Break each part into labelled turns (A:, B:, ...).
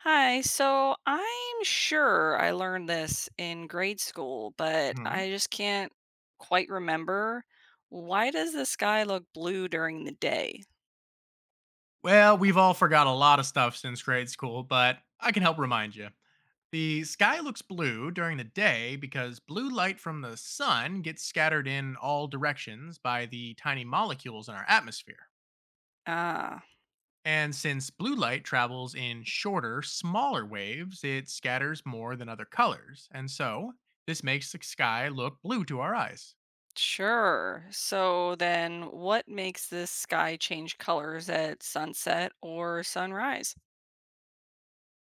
A: Hi, so I'm sure I learned this in grade school, but I
B: Hmm.
A: just can't quite remember. Why does the sky look blue during the day?
B: Well, we've all forgot a lot of stuff since grade school, but I can help remind you. The sky looks blue during the day because blue light from the sun gets scattered in all directions by the tiny molecules in our atmosphere.
A: Ah.
B: And since blue light travels in shorter, smaller waves, it scatters more than other colors. And so, this makes the sky look blue to our eyes.
A: Sure. So then what makes this sky change colors at sunset or sunrise?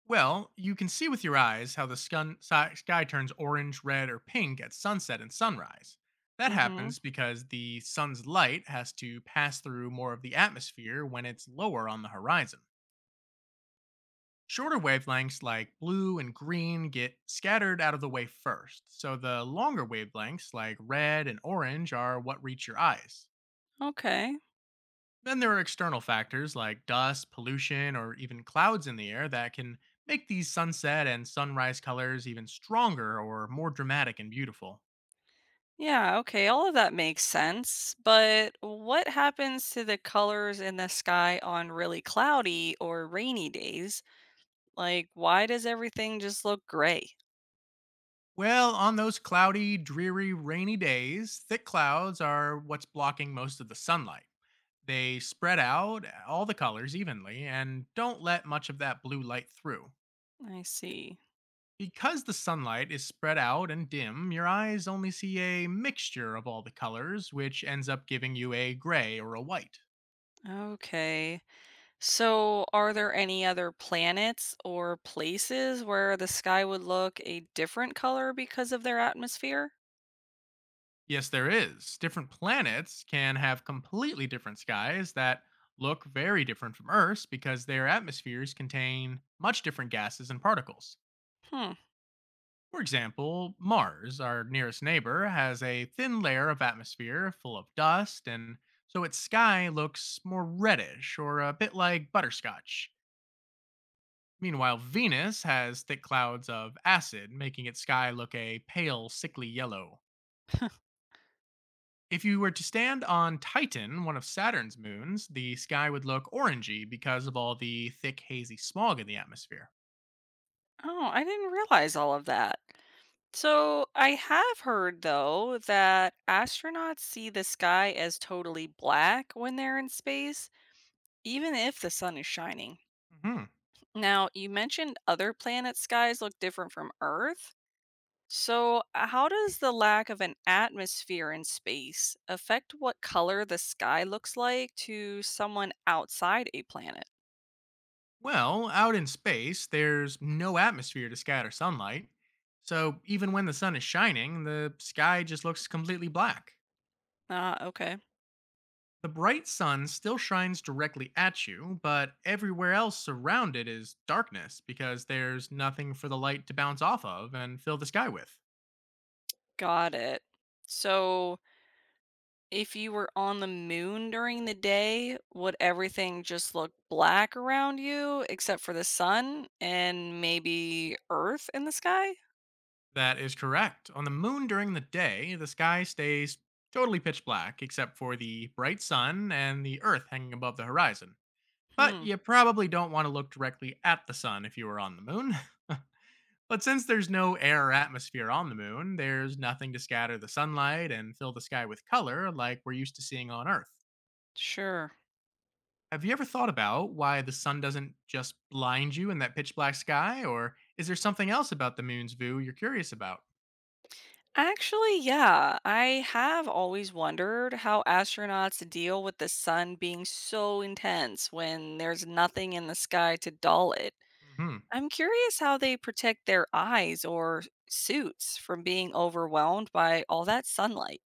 B: Well, you can see with your eyes how the sky turns orange, red, or pink at sunset and sunrise. That
A: Mm-hmm.
B: happens because the sun's light has to pass through more of the atmosphere when it's lower on the horizon. Shorter wavelengths like blue and green get scattered out of the way first, so the longer wavelengths like red and orange are what reach your eyes.
A: Okay.
B: Then there are external factors like dust, pollution, or even clouds in the air that can make these sunset and sunrise colors even stronger or more dramatic and beautiful.
A: Yeah, okay, all of that makes sense. But what happens to the colors in the sky on really cloudy or rainy days? Like, why does everything just look gray?
B: Well, on those cloudy, dreary, rainy days, thick clouds are what's blocking most of the sunlight. They spread out all the colors evenly and don't let much of that blue light through.
A: I see.
B: Because the sunlight is spread out and dim, your eyes only see a mixture of all the colors, which ends up giving you a gray or a white.
A: Okay. So, are there any other planets or places where the sky would look a different color because of their atmosphere?
B: Yes, there is. Different planets can have completely different skies that look very different from Earth's because their atmospheres contain much different gases and particles.
A: Hmm.
B: For example, Mars, our nearest neighbor, has a thin layer of atmosphere full of dust, and so its sky looks more reddish or a bit like butterscotch. Meanwhile, Venus has thick clouds of acid, making its sky look a pale, sickly yellow. If you were to stand on Titan, one of Saturn's moons, the sky would look orangey because of all the thick, hazy smog in the atmosphere.
A: Oh, I didn't realize all of that. So, I have heard, though, that astronauts see the sky as totally black when they're in space, even if the sun is shining.
B: hmm
A: Now, you mentioned other planet skies look different from Earth. So, how does the lack of an atmosphere in space affect what color the sky looks like to someone outside a planet?
B: Well, out in space, there's no atmosphere to scatter sunlight. So even when the sun is shining, the sky just looks completely black.
A: Ah, okay.
B: The bright sun still shines directly at you, but everywhere else around it is darkness because there's nothing for the light to bounce off of and fill the sky with.
A: Got it. So, if you were on the moon during the day, would everything just look black around you except for the sun and maybe Earth in the sky?
B: That is correct. On the moon during the day, the sky stays totally pitch black except for the bright sun and the earth hanging above the horizon. But
A: Hmm,
B: you probably don't want to look directly at the sun if you were on the moon. But since there's no air or atmosphere on the moon, there's nothing to scatter the sunlight and fill the sky with color like we're used to seeing on Earth.
A: sure.
B: Have you ever thought about why the sun doesn't just blind you in that pitch black sky? Or is there something else about the moon's view you're curious about?
A: Actually, yeah, I have always wondered how astronauts deal with the sun being so intense when there's nothing in the sky to dull it.
B: hmm
A: I'm curious how they protect their eyes or suits from being overwhelmed by all that sunlight.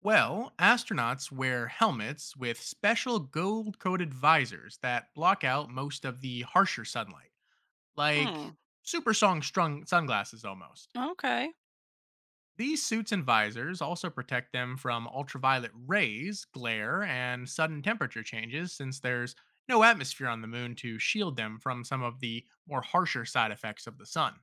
B: Well, astronauts wear helmets with special gold coated visors that block out most of the harsher sunlight, like
A: Hmm,
B: super strong strung sunglasses almost.
A: okay.
B: These suits and visors also protect them from ultraviolet rays, glare, and sudden temperature changes since there's no atmosphere on the moon to shield them from some of the more harsher side effects of the sun.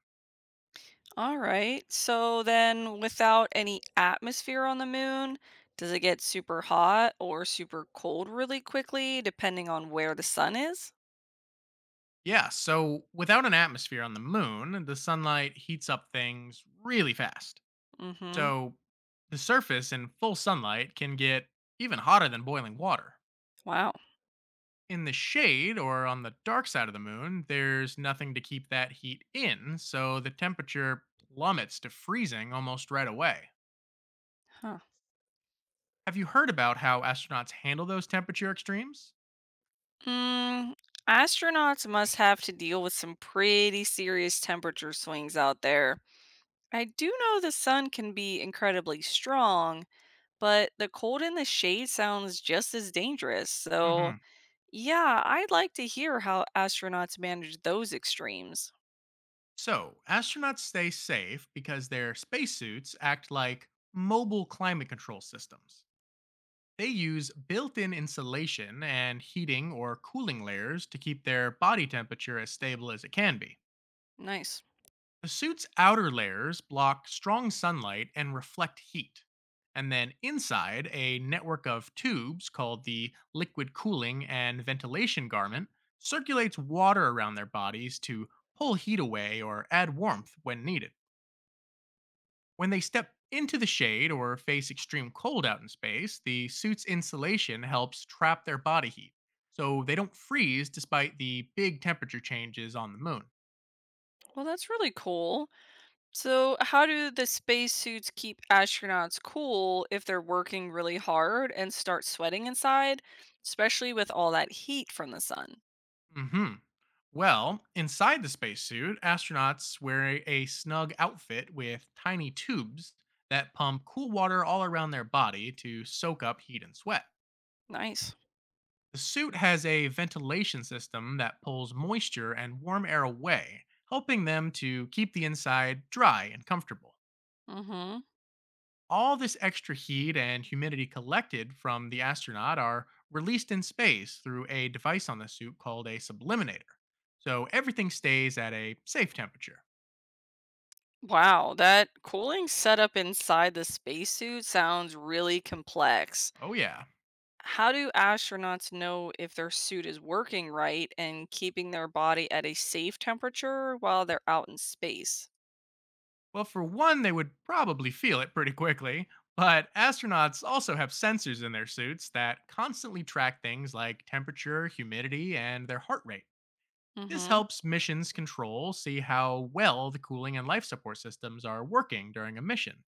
A: All right. So then, without any atmosphere on the moon, does it get super hot or super cold really quickly, depending on where the sun is?
B: Yeah, so without an atmosphere on the moon, the sunlight heats up things really fast.
A: Mm-hmm.
B: So, the surface in full sunlight can get even hotter than boiling water.
A: Wow.
B: In the shade or on the dark side of the moon, there's nothing to keep that heat in, so the temperature plummets to freezing almost right away.
A: Huh.
B: Have you heard about how astronauts handle those temperature extremes?
A: Mm, astronauts must have to deal with some pretty serious temperature swings out there. I do know the sun can be incredibly strong, but the cold in the shade sounds just as dangerous. So,
B: hmm
A: yeah, I'd like to hear how astronauts manage those extremes.
B: So, astronauts stay safe because their spacesuits act like mobile climate control systems. They use built in insulation and heating or cooling layers to keep their body temperature as stable as it can be.
A: Nice.
B: The suit's outer layers block strong sunlight and reflect heat. And then inside, a network of tubes called the liquid cooling and ventilation garment circulates water around their bodies to pull heat away or add warmth when needed. When they step into the shade or face extreme cold out in space, the suit's insulation helps trap their body heat, so they don't freeze despite the big temperature changes on the moon.
A: Well, that's really cool. So, how do the spacesuits keep astronauts cool if they're working really hard and start sweating inside, especially with all that heat from the sun?
B: hmm. Well, inside the spacesuit, astronauts wear a snug outfit with tiny tubes that pump cool water all around their body to soak up heat and sweat.
A: Nice.
B: The suit has a ventilation system that pulls moisture and warm air away, helping them to keep the inside dry and comfortable.
A: Mhm.
B: All this extra heat and humidity collected from the astronaut are released in space through a device on the suit called a subliminator. So everything stays at a safe temperature.
A: Wow, that cooling setup inside the spacesuit sounds really complex.
B: Oh, yeah.
A: How do astronauts know if their suit is working right and keeping their body at a safe temperature while they're out in space?
B: Well, for one, they would probably feel it pretty quickly, but astronauts also have sensors in their suits that constantly track things like temperature, humidity, and their heart rate. This
A: Mhm.
B: helps missions control see how well the cooling and life support systems are working during a mission.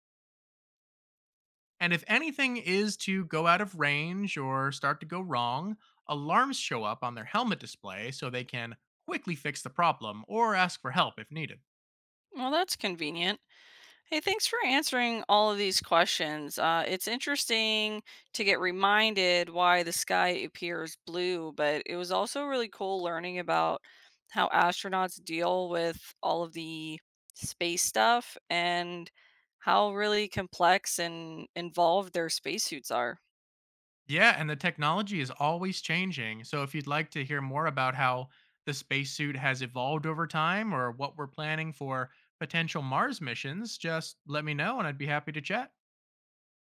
B: And if anything is to go out of range or start to go wrong, alarms show up on their helmet display so they can quickly fix the problem or ask for help if needed.
A: Well, that's convenient. Hey, thanks for answering all of these questions. It's interesting to get reminded why the sky appears blue, but it was also really cool learning about how astronauts deal with all of the space stuff and how really complex and involved their spacesuits are.
B: Yeah, and the technology is always changing. So if you'd like to hear more about how the spacesuit has evolved over time or what we're planning for potential Mars missions, just let me know and I'd be happy to chat.